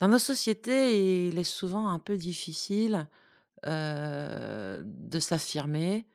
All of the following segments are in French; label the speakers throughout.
Speaker 1: Dans nos sociétés, il est souvent un peu difficile, de s'affirmer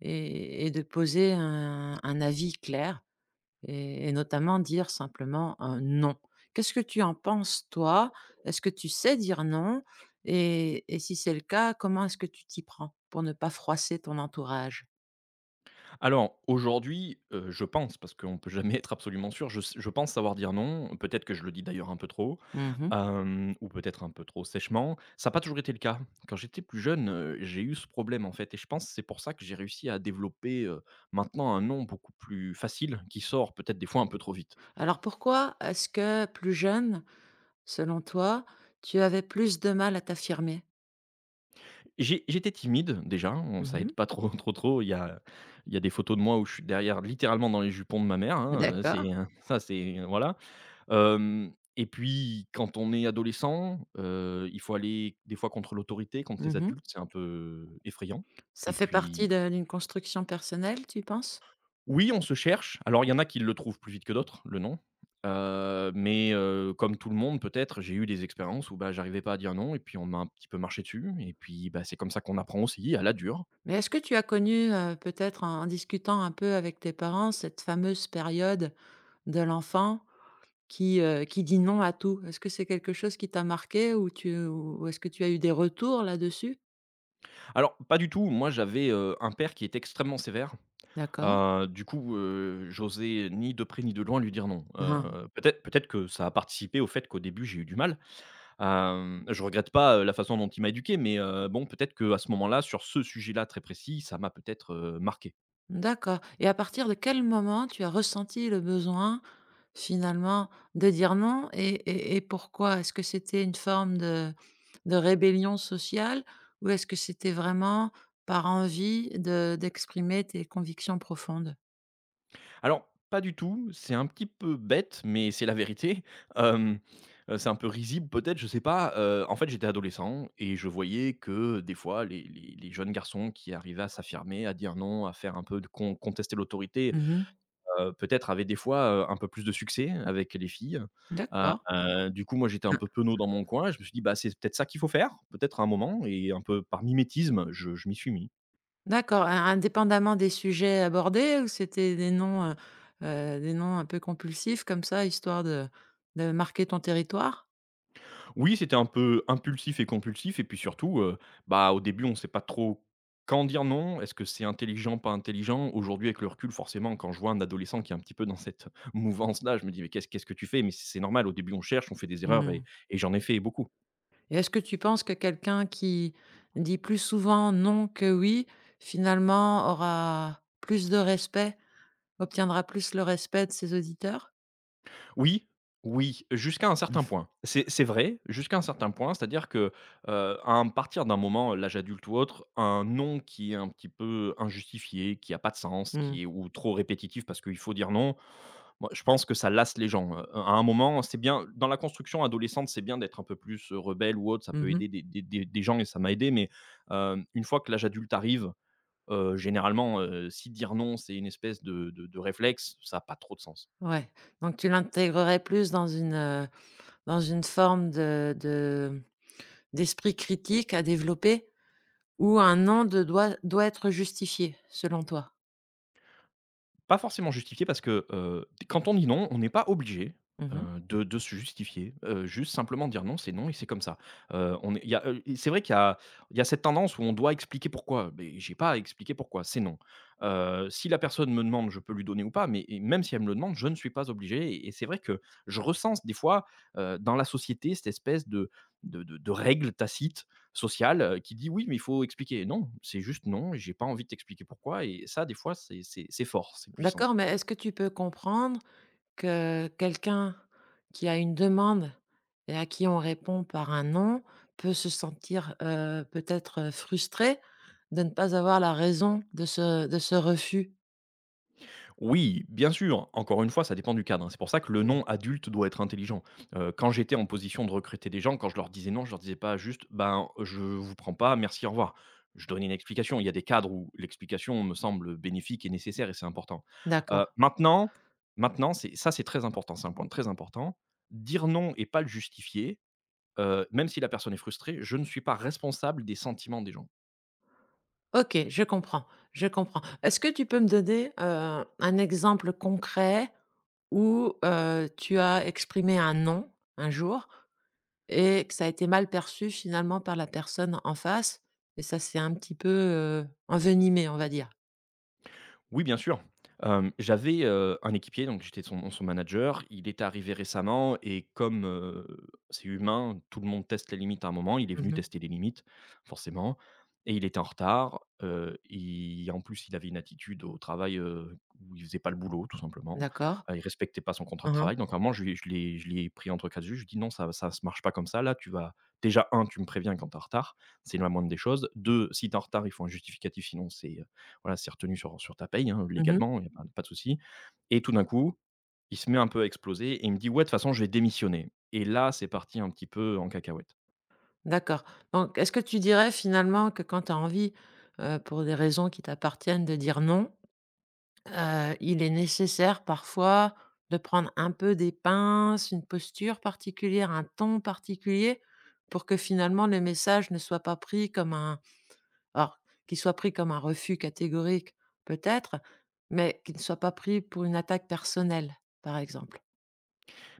Speaker 1: et de poser un avis clair et notamment dire simplement un «non». Qu'est-ce que tu en penses toi? Est-ce que tu sais dire non? Et si c'est le cas, comment est-ce que tu t'y prends pour ne pas froisser ton entourage?
Speaker 2: Alors aujourd'hui, je pense, parce qu'on peut jamais être absolument sûr, je pense savoir dire non, peut-être que je le dis d'ailleurs un peu trop,
Speaker 1: Mmh.
Speaker 2: ou peut-être un peu trop sèchement. Ça n'a pas toujours été le cas. Quand j'étais plus jeune, j'ai eu ce problème, en fait et je pense que c'est pour ça que j'ai réussi à développer, maintenant un non beaucoup plus facile qui sort peut-être des fois un peu trop vite.
Speaker 1: Alors pourquoi est-ce que plus jeune, selon toi, tu avais plus de mal à t'affirmer?
Speaker 2: J'étais timide déjà, on ça aide
Speaker 1: Mmh.
Speaker 2: pas trop, trop, trop. Il y a des photos de moi où je suis derrière littéralement dans les jupons de ma mère, hein,
Speaker 1: D'accord.
Speaker 2: c'est, ça c'est voilà. Hem Et puis quand on est adolescent, il faut aller des fois contre l'autorité, contre les
Speaker 1: Mmh.
Speaker 2: adultes, c'est un peu effrayant
Speaker 1: Ça
Speaker 2: et
Speaker 1: fait partie
Speaker 2: puis
Speaker 1: de d'une construction personnelle, tu penses?
Speaker 2: oui, on se cherche. Alors il y en a qui le trouvent plus vite que d'autres, le nom. Mais comme tout le monde peut-être, j'ai eu des expériences où, bah, j'arrivais pas à dire non et puis on m'a un petit peu marché dessus et puis, bah, c'est comme ça qu'on apprend aussi à la dure.
Speaker 1: Mais est-ce que tu as connu, peut-être en discutant un peu avec tes parents, cette fameuse période de l'enfant qui dit «non» à tout? Est-ce que c'est quelque chose qui t'a marqué ou est-ce que tu as eu des retours là-dessus?
Speaker 2: Alors pas du tout, moi j'avais, un père qui était extrêmement sévère.
Speaker 1: D'accord.
Speaker 2: Du coup, j'osais ni de près ni de loin lui dire non. Heu,
Speaker 1: Mmh.
Speaker 2: peut-être peut-être que ça a participé au fait qu'au début j'ai eu du mal. Je regrette pas, la façon dont il m'a éduqué, mais, bon peut-être que à ce moment-là, sur ce sujet-là très précis, ça m'a peut-être, marqué.
Speaker 1: D'accord, et à partir de quel moment tu as ressenti le besoin, finalement, de dire non et pourquoi? Est-ce que c'était une forme de rébellion sociale ou est-ce que c'était vraiment par envie de d'exprimer tes convictions profondes?
Speaker 2: Alors pas du tout, c'est un petit peu bête, mais c'est la vérité. Hem, c'est un peu risible peut-être, je sais pas. En fait j'étais adolescent et je voyais que des fois les jeunes garçons qui arrivaient à s'affirmer, à dire non, à faire un peu de con contester l'autorité,
Speaker 1: Mmh.
Speaker 2: peut-être avait des fois, un peu plus de succès avec les filles. Heu
Speaker 1: D'accord.
Speaker 2: heu, du coup, moi, j'étais un peu penaud dans mon coin. Je me suis dit: «Bah, c'est peut-être ça qu'il faut faire, peut-être à un moment» et un peu par mimétisme, je m'y suis mis.
Speaker 1: D'accord, in indépendamment des sujets abordés ou c'était des noms un peu compulsifs comme ça, histoire de marquer ton territoire?
Speaker 2: Oui, c'était un peu impulsif et compulsif et puis surtout, bah, au début, on ne sait pas trop quand dire non. Est-ce que c'est intelligent, pas intelligent? Aujourd'hui, avec le recul, forcément, quand je vois un adolescent qui est un petit peu dans cette mouvance-là, je me dis: «Mais qu'est-ce que tu fais ?» mais c'est normal, au début, on cherche, on fait des erreurs
Speaker 1: Mmh.
Speaker 2: et j'en ai fait beaucoup.
Speaker 1: Et est-ce que tu penses que quelqu'un qui dit plus souvent non que oui, finalement aura plus de respect? Obtiendra plus le respect de ses auditeurs?
Speaker 2: Oui, oui, jusqu'à un certain
Speaker 1: Mmh
Speaker 2: point. C'est vrai, jusqu'à un certain point, c'est-à-dire que, partir d'un moment, l'âge adulte ou autre, un non qui est un petit peu injustifié, qui n'a pas de sens, qui est ou trop répétitif parce qu'il faut dire non, moi, je pense que ça lasse les gens, à un moment, c'est bien dans la construction adolescente, c'est bien d'être un peu plus, rebelle ou autre, ça
Speaker 1: Mmh
Speaker 2: peut
Speaker 1: mh.
Speaker 2: aider des gens et ça m'a aidé mais, une fois que l'âge adulte arrive, généralement, si dire non, c'est une espèce de réflexe, ça a pas trop de sens.
Speaker 1: Ouais, donc tu l'intégrerais plus dans une forme de d'esprit critique à développer où un «non» de doit être justifié, selon toi?
Speaker 2: Pas forcément justifié parce que, quand on dit non, on n'est pas obligé,
Speaker 1: Mmh mh.
Speaker 2: de se justifier, juste simplement dire: «Non, c'est non et c'est comme ça». On est Il y a, c'est vrai qu'il y a cette tendance où on doit expliquer pourquoi, mais j'ai pas à expliquer pourquoi, c'est non. Si la personne me demande, je peux lui donner ou pas, mais et même si elle me le demande, je ne suis pas obligé et c'est vrai que je recense des fois, dans la société, cette espèce de règle tacite, social qui dit oui, mais il faut expliquer. Non, c'est juste non, j'ai pas envie de t'expliquer pourquoi. Et ça, des fois, c'est fort, c'est puissant.
Speaker 1: D'accord, mais est-ce que tu peux comprendre que quelqu'un qui a une demande et à qui on répond par un «non» peut se sentir, peut-être, frustré de ne pas avoir la raison de ce refus?
Speaker 2: Oui, bien sûr, encore une fois, ça dépend du cadre, hein. C'est pour ça que le
Speaker 1: Mmh.
Speaker 2: non adulte doit être intelligent. Quand j'étais en position de recruter des gens, quand je leur disais non, je leur disais pas juste ben, je vous prends pas, merci, au revoir. Je donnais une explication. Il y a des cadres où l'explication me semble bénéfique et nécessaire et c'est important. Euh,
Speaker 1: D'accord.
Speaker 2: maintenant, maintenant ça, c'est très important. C'est un point très important. Dire non et pas le justifier, même si la personne est frustrée, je ne suis pas responsable des sentiments des gens.
Speaker 1: OK, je comprends, je comprends. Est-ce que tu peux me donner, un exemple concret où, tu as exprimé un «non» un jour et que ça a été mal perçu finalement par la personne en face et ça s'est un petit peu, envenimé, on va dire?
Speaker 2: Oui, bien sûr. J'avais, un équipier, donc j'étais son manager. Il est arrivé récemment et comme, c'est humain, tout le monde teste les limites à un moment. Il est venu
Speaker 1: Mmh.
Speaker 2: tester les limites, forcément et il était en retard. Il en plus, il avait une attitude au travail, où il faisait pas le boulot, tout simplement.
Speaker 1: D'accord.
Speaker 2: Il respectait pas son contrat de
Speaker 1: Mmh mh.
Speaker 2: travail, donc à un moment, je lui ai je l'ai pris entre quatre yeux. Je lui ai dit: «Non, ça se marche pas comme ça, là, tu vas déjà un, tu me préviens quand tu es en retard, c'est la moindre des choses. 2, si tu es en retard, il faut un justificatif, sinon c'est, voilà, c'est retenu sur ta paye, hein,
Speaker 1: Mmh.
Speaker 2: légalement, il y a pas de souci» et tout d'un coup, il se met un peu à exploser et il me dit: «Ouais, de toute façon, je vais démissionner» et là, c'est parti un petit peu en cacahuète.
Speaker 1: D'accord. Donc est-ce que tu dirais finalement que quand tu as envie, pour des raisons qui t'appartiennent de dire «non», il est nécessaire parfois de prendre un peu des pinces, une posture particulière, un ton particulier pour que finalement le message ne soit pas pris comme un, alors, qu'il soit pris comme un refus catégorique peut-être, mais qu'il ne soit pas pris pour une attaque personnelle, par exemple.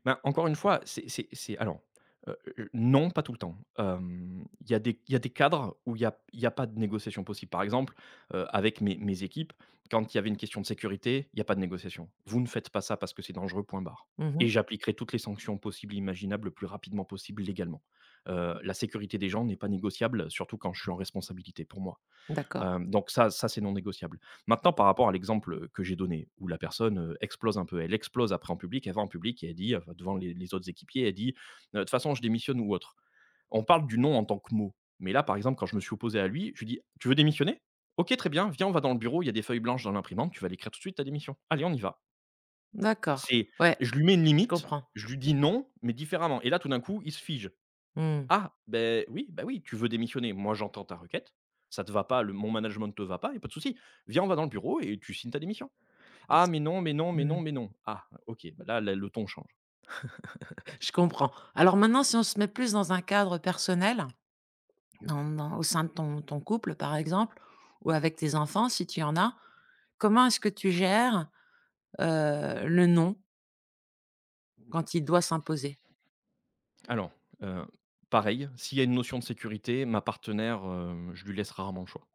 Speaker 2: Ben, encore une fois, c'est alors, non, pas tout le temps. Il y a des cadres où il y a pas de négociation possible. Par exemple, avec mes équipes, quand il y avait une question de sécurité, il y a pas de négociation. Vous ne faites pas ça parce que c'est dangereux, point barre, et
Speaker 1: Mmh.
Speaker 2: j'appliquerai toutes les sanctions possibles et imaginables le plus rapidement possible légalement. La sécurité des gens n'est pas négociable, surtout quand je suis en responsabilité pour moi.
Speaker 1: D'accord,
Speaker 2: Donc ça, c'est non négociable. Maintenant par rapport à l'exemple que j'ai donné où la personne, explose un peu, elle explose après en public, elle va en public et elle dit, devant les autres équipiers, elle dit: de toute façon je démissionne» ou autre. On parle du non en tant que mot, mais là, par exemple, quand je me suis opposé à lui, je lui dis: «Tu veux démissionner? OK, très bien, viens, on va dans le bureau, il y a des feuilles blanches dans l'imprimante, tu vas l'écrire tout de suite ta démission. Allez, on y va».
Speaker 1: d'accord.
Speaker 2: C'est,
Speaker 1: Ouais,
Speaker 2: je lui mets une
Speaker 1: je
Speaker 2: limite,
Speaker 1: comprends.
Speaker 2: je lui dis non, mais différemment et là, tout d'un coup, il se fige.
Speaker 1: Mmh.
Speaker 2: Ah, ben oui, tu veux démissionner, moi j'entends ta requête, ça te va pas, le mon management ne te va pas, il y a pas de souci. Viens, on va dans le bureau et tu signes ta démission.
Speaker 1: Et
Speaker 2: Ah,
Speaker 1: si
Speaker 2: mais non, mais non, mais
Speaker 1: mmh,
Speaker 2: non, mais non. Ah, OK, bah, là, le ton change.
Speaker 1: je comprends. Alors maintenant si on se met plus dans un cadre personnel, dans au sein de ton couple, par exemple, ou avec tes enfants, si tu en as, comment est-ce que tu gères, le «non» quand il doit s'imposer?
Speaker 2: Alors, heu, pareil, s'il y a une notion de sécurité, ma partenaire, je lui laisse rarement le choix.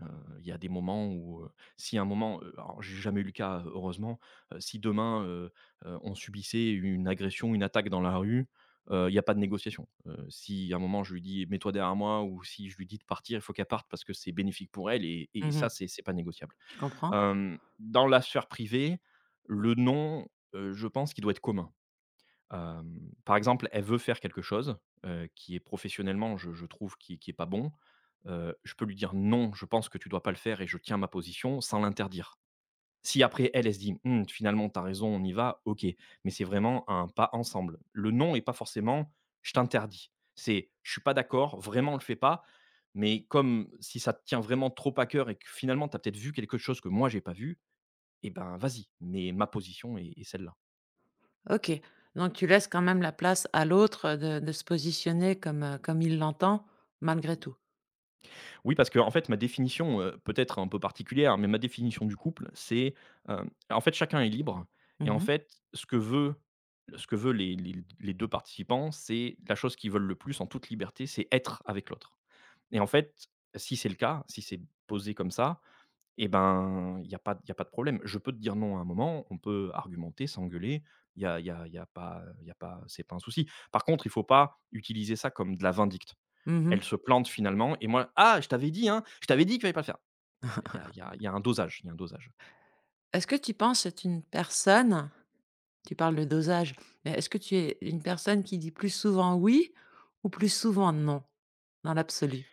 Speaker 2: Heu, il y a des moments où, si à un moment, alors j'ai jamais eu le cas, heureusement, si demain, on subissait une agression, une attaque dans la rue, il y a pas de négociation. Si à un moment je lui dis: «Mets-toi derrière moi» ou si je lui dis de partir, il faut qu'elle parte parce que c'est bénéfique pour elle et
Speaker 1: Mmh.
Speaker 2: ça c'est pas négociable.
Speaker 1: Je comprends.
Speaker 2: Dans la sphère privée, le non, je pense qu'il doit être commun. Par exemple, elle veut faire quelque chose, qui est professionnellement, je trouve, qui est pas bon. Je peux lui dire: «Non, je pense que tu dois pas le faire et je tiens ma position», sans l'interdire. Si après elle, elle se dit: «Mmh, finalement, t'as raison, on y va», OK, mais c'est vraiment un pas ensemble. Le non est pas forcément: «Je t'interdis». C'est: «Je suis pas d'accord, vraiment, on le fait pas», mais comme si ça te tient vraiment trop à cœur et que finalement, t'as peut-être vu quelque chose que moi, j'ai pas vu, et ben, vas-y, mais ma position est celle-là.
Speaker 1: OK, donc tu laisses quand même la place à l'autre, de se positionner comme, comme il l'entend malgré tout?
Speaker 2: Oui, parce que en fait, ma définition, peut-être un peu particulière, mais ma définition du couple, c'est, en fait, chacun est libre et
Speaker 1: Mmh
Speaker 2: en
Speaker 1: mh.
Speaker 2: fait, ce que veut les 2 participants, c'est la chose qu'ils veulent le plus en toute liberté, c'est être avec l'autre et en fait, si c'est le cas, si c'est posé comme ça, eh ben, il y a pas de problème. Je peux te dire non à un moment, on peut argumenter, s'engueuler, il y a y a y a pas y a pas, c'est pas un souci. Par contre, il faut pas utiliser ça comme de la vindicte.
Speaker 1: Mmh.
Speaker 2: Elle se plante finalement et moi: «Ah, je t'avais dit, hein, je t'avais dit qu'il fallait pas le faire». Ah, il y a un dosage, il y a un dosage.
Speaker 1: Est-ce que tu penses être une personne, tu parles de dosage, mais est-ce que tu es une personne qui dit plus souvent «oui» ou plus souvent «non» dans l'absolu?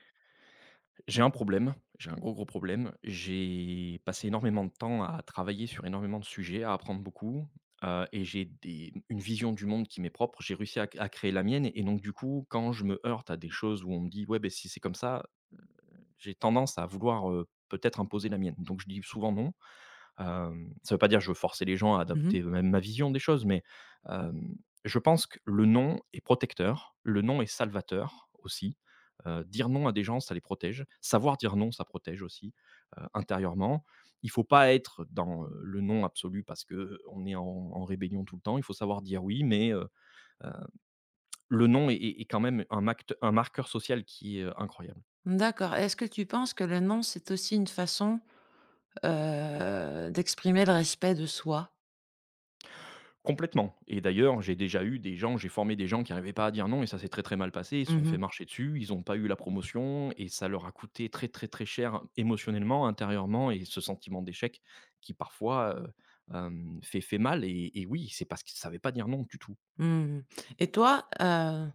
Speaker 2: J'ai un problème, j'ai un gros, gros problème. J'ai passé énormément de temps à travailler sur énormément de sujets, à apprendre beaucoup, et j'ai des une vision du monde qui m'est propre. J'ai réussi à créer la mienne et donc du coup, quand je me heurte à des choses où on me dit: «Ouais, ben si c'est comme ça», j'ai tendance à vouloir, peut-être imposer la mienne. Donc je dis souvent non. Ça ne veut pas dire que je veux forcer les gens à
Speaker 1: Mmh.
Speaker 2: adopter eux ma vision des choses, mais hem, je pense que le non est protecteur, le non est salvateur aussi. Dire non à des gens, ça les protège. Savoir dire non, ça protège aussi, intérieurement. Il faut pas être dans, le non absolu parce qu'on est en rébellion tout le temps. Il faut savoir dire oui, mais le non est quand même un acte, un marqueur social qui est, incroyable.
Speaker 1: D'accord. Est-ce que tu penses que le «non» c'est aussi une façon, d'exprimer le respect de soi?
Speaker 2: Complètement, et d'ailleurs, j'ai formé des gens qui n'arrivaient pas à dire non et ça s'est très, très mal passé. Ils se
Speaker 1: Mmh
Speaker 2: sont fait
Speaker 1: mh.
Speaker 2: marcher dessus, ils n'ont pas eu la promotion et ça leur a coûté très, très, très cher émotionnellement, intérieurement, et ce sentiment d'échec qui parfois, fait mal, et oui, c'est parce qu'ils ne savaient pas dire non du tout.
Speaker 1: Mmh. Et toi,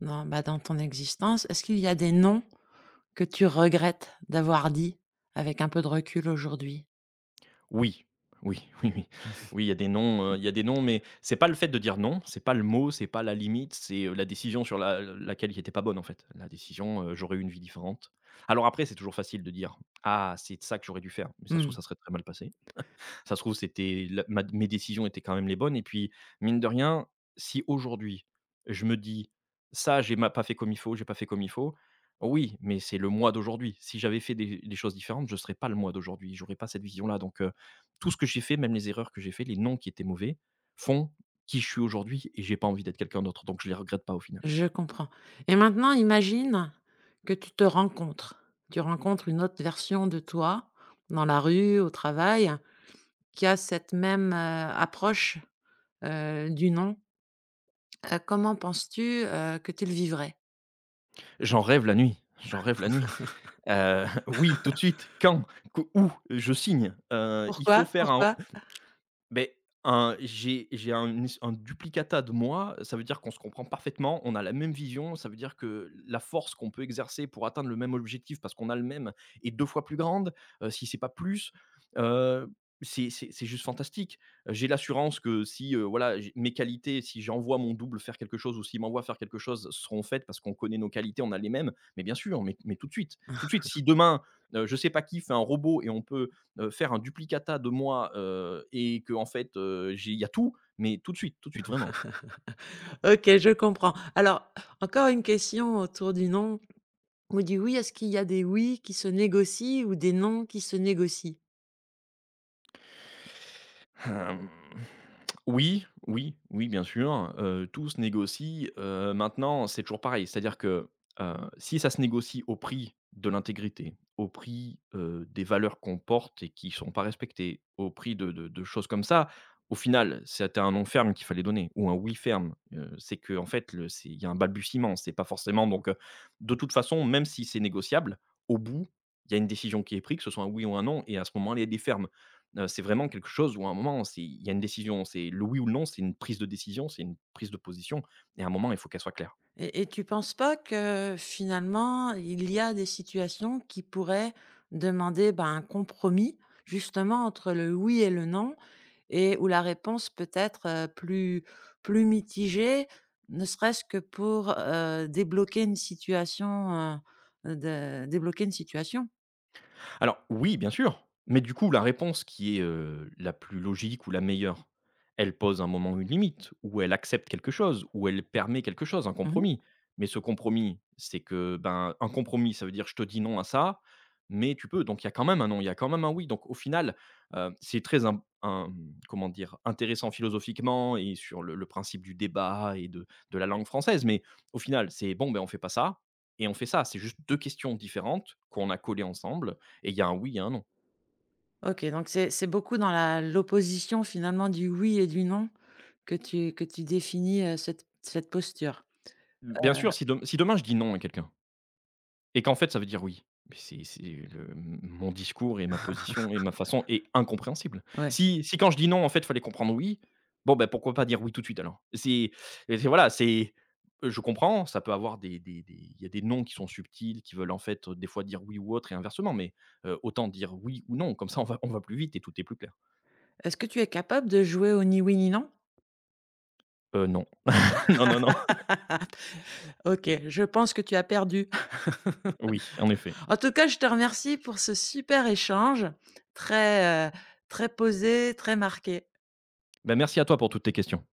Speaker 1: dans, bah, dans ton existence, est-ce qu'il y a des «non» que tu regrettes d'avoir dit, avec un peu de recul aujourd'hui?
Speaker 2: Oui, oui, oui, oui. Oui, il y a des noms, il y a des noms, mais c'est pas le fait de dire non, c'est pas le mot, c'est pas la limite, c'est, la décision sur la laquelle il était pas bonne, en fait. La décision, j'aurais eu une vie différente. Alors après, c'est toujours facile de dire: «Ah, c'est ça que j'aurais dû faire», mais ça se trouve,
Speaker 1: Mmh.
Speaker 2: ça serait très mal passé. Ça se trouve, c'était la ma mes décisions étaient quand même les bonnes et puis, mine de rien, si aujourd'hui, je me dis: «Ça, j'ai pas fait comme il faut», oui, mais c'est le moi d'aujourd'hui. Si j'avais fait des choses différentes, je serais pas le moi d'aujourd'hui, j'aurais pas cette vision-là, donc tout ce que j'ai fait, même les erreurs que j'ai fait, les noms qui étaient mauvais, font qui je suis aujourd'hui et j'ai pas envie d'être quelqu'un d'autre, donc je les regrette pas au final.
Speaker 1: Je comprends. Et maintenant imagine que tu te rencontres. Tu rencontres une autre version de toi, dans la rue, au travail, qui a cette même, approche, du non. Comment penses-tu, que tu le vivrais?
Speaker 2: J'en rêve la nuit, j'en rêve la nuit. Oui, tout de suite, je signe, il faut
Speaker 1: Pourquoi?
Speaker 2: faire un...
Speaker 1: Pourquoi?
Speaker 2: Beh, j'ai un duplicata de moi, ça veut dire qu'on se comprend parfaitement, on a la même vision, ça veut dire que la force qu'on peut exercer pour atteindre le même objectif parce qu'on a le même est 2 fois plus grande, si c'est pas plus, heu, c'est juste fantastique. J'ai l'assurance que si, voilà, j'ai mes qualités, si j'envoie mon double faire quelque chose ou s'il m'envoie faire quelque chose, seront faites parce qu'on connaît nos qualités, on a les mêmes. Mais bien sûr, tout de suite, si demain, je sais pas qui fait un robot et on peut faire un duplicata de moi, et que en fait, il y a tout, mais tout de suite, vraiment.
Speaker 1: OK, je comprends. Alors, encore une question autour du «non» ou du «oui». Est-ce qu'il y a des «oui» qui se négocient ou des «non» qui se négocient?
Speaker 2: Hem, oui, oui, oui, bien sûr, tout se négocie, maintenant, c'est toujours pareil. C'est-à-dire que, si ça se négocie au prix de l'intégrité, au prix, des valeurs qu'on porte et qui ne sont pas respectées, au prix de choses comme ça, au final, c'était un non ferme qu'il fallait donner ou un oui ferme, c'est que en fait, le c'est il y a un balbutiement, c'est pas forcément, donc de toute façon, même si c'est négociable, au bout, il y a une décision qui est prise, que ce soit un oui ou un non, et à ce moment-là, il y a des fermes. C'est vraiment quelque chose où à un moment, c'est il y a une décision, c'est le oui ou le non, c'est une prise de décision, c'est une prise de position et à un moment, il faut qu'elle soit claire.
Speaker 1: Et tu penses pas que, finalement, il y a des situations qui pourraient demander, ben, un compromis, justement, entre le «oui» et le «non» et où la réponse peut être, plus plus mitigée, ne serait-ce que pour, débloquer une situation, de débloquer une situation?
Speaker 2: Alors oui, bien sûr, mais du coup, la réponse qui est, la plus logique ou la meilleure, elle pose un moment une limite, ou elle accepte quelque chose, ou elle permet quelque chose, un
Speaker 1: Mmh.
Speaker 2: compromis. Mais ce compromis, c'est que, ben, un compromis, ça veut dire: «Je te dis non à ça, mais tu peux». Donc il y a quand même un non, il y a quand même un oui. Donc au final, c'est très im im comment dire? Intéressant philosophiquement et sur le principe du débat et de la langue française, mais au final, c'est bon, ben, on fait pas ça et on fait ça. C'est juste 2 questions différentes qu'on a collées ensemble et il y a un oui et un non.
Speaker 1: OK, donc c'est beaucoup dans la l'opposition finalement du oui et du non que tu définis, cette cette posture? Heu,
Speaker 2: Bien sûr, si demain je dis «non» à quelqu'un et qu'en fait ça veut dire «oui», mais c'est le mon discours et ma position et ma façon est incompréhensible.
Speaker 1: ouais.
Speaker 2: Si quand je dis «non» en fait il fallait comprendre «oui», bon ben pourquoi pas dire «oui» tout de suite alors? C'est voilà, c'est je comprends, ça peut avoir des il y a des noms qui sont subtils, qui veulent en fait, des fois dire «oui» ou autre et inversement, mais, autant dire «oui» ou «non», comme ça on va plus vite et tout est plus clair.
Speaker 1: Est-ce que tu es capable de jouer au ni oui ni non?
Speaker 2: Non. Non, non, non.
Speaker 1: OK, je pense que tu as perdu.
Speaker 2: Oui, en effet.
Speaker 1: En tout cas, je te remercie pour ce super échange, très, très posé, très marqué.
Speaker 2: Ben merci à toi pour toutes tes questions.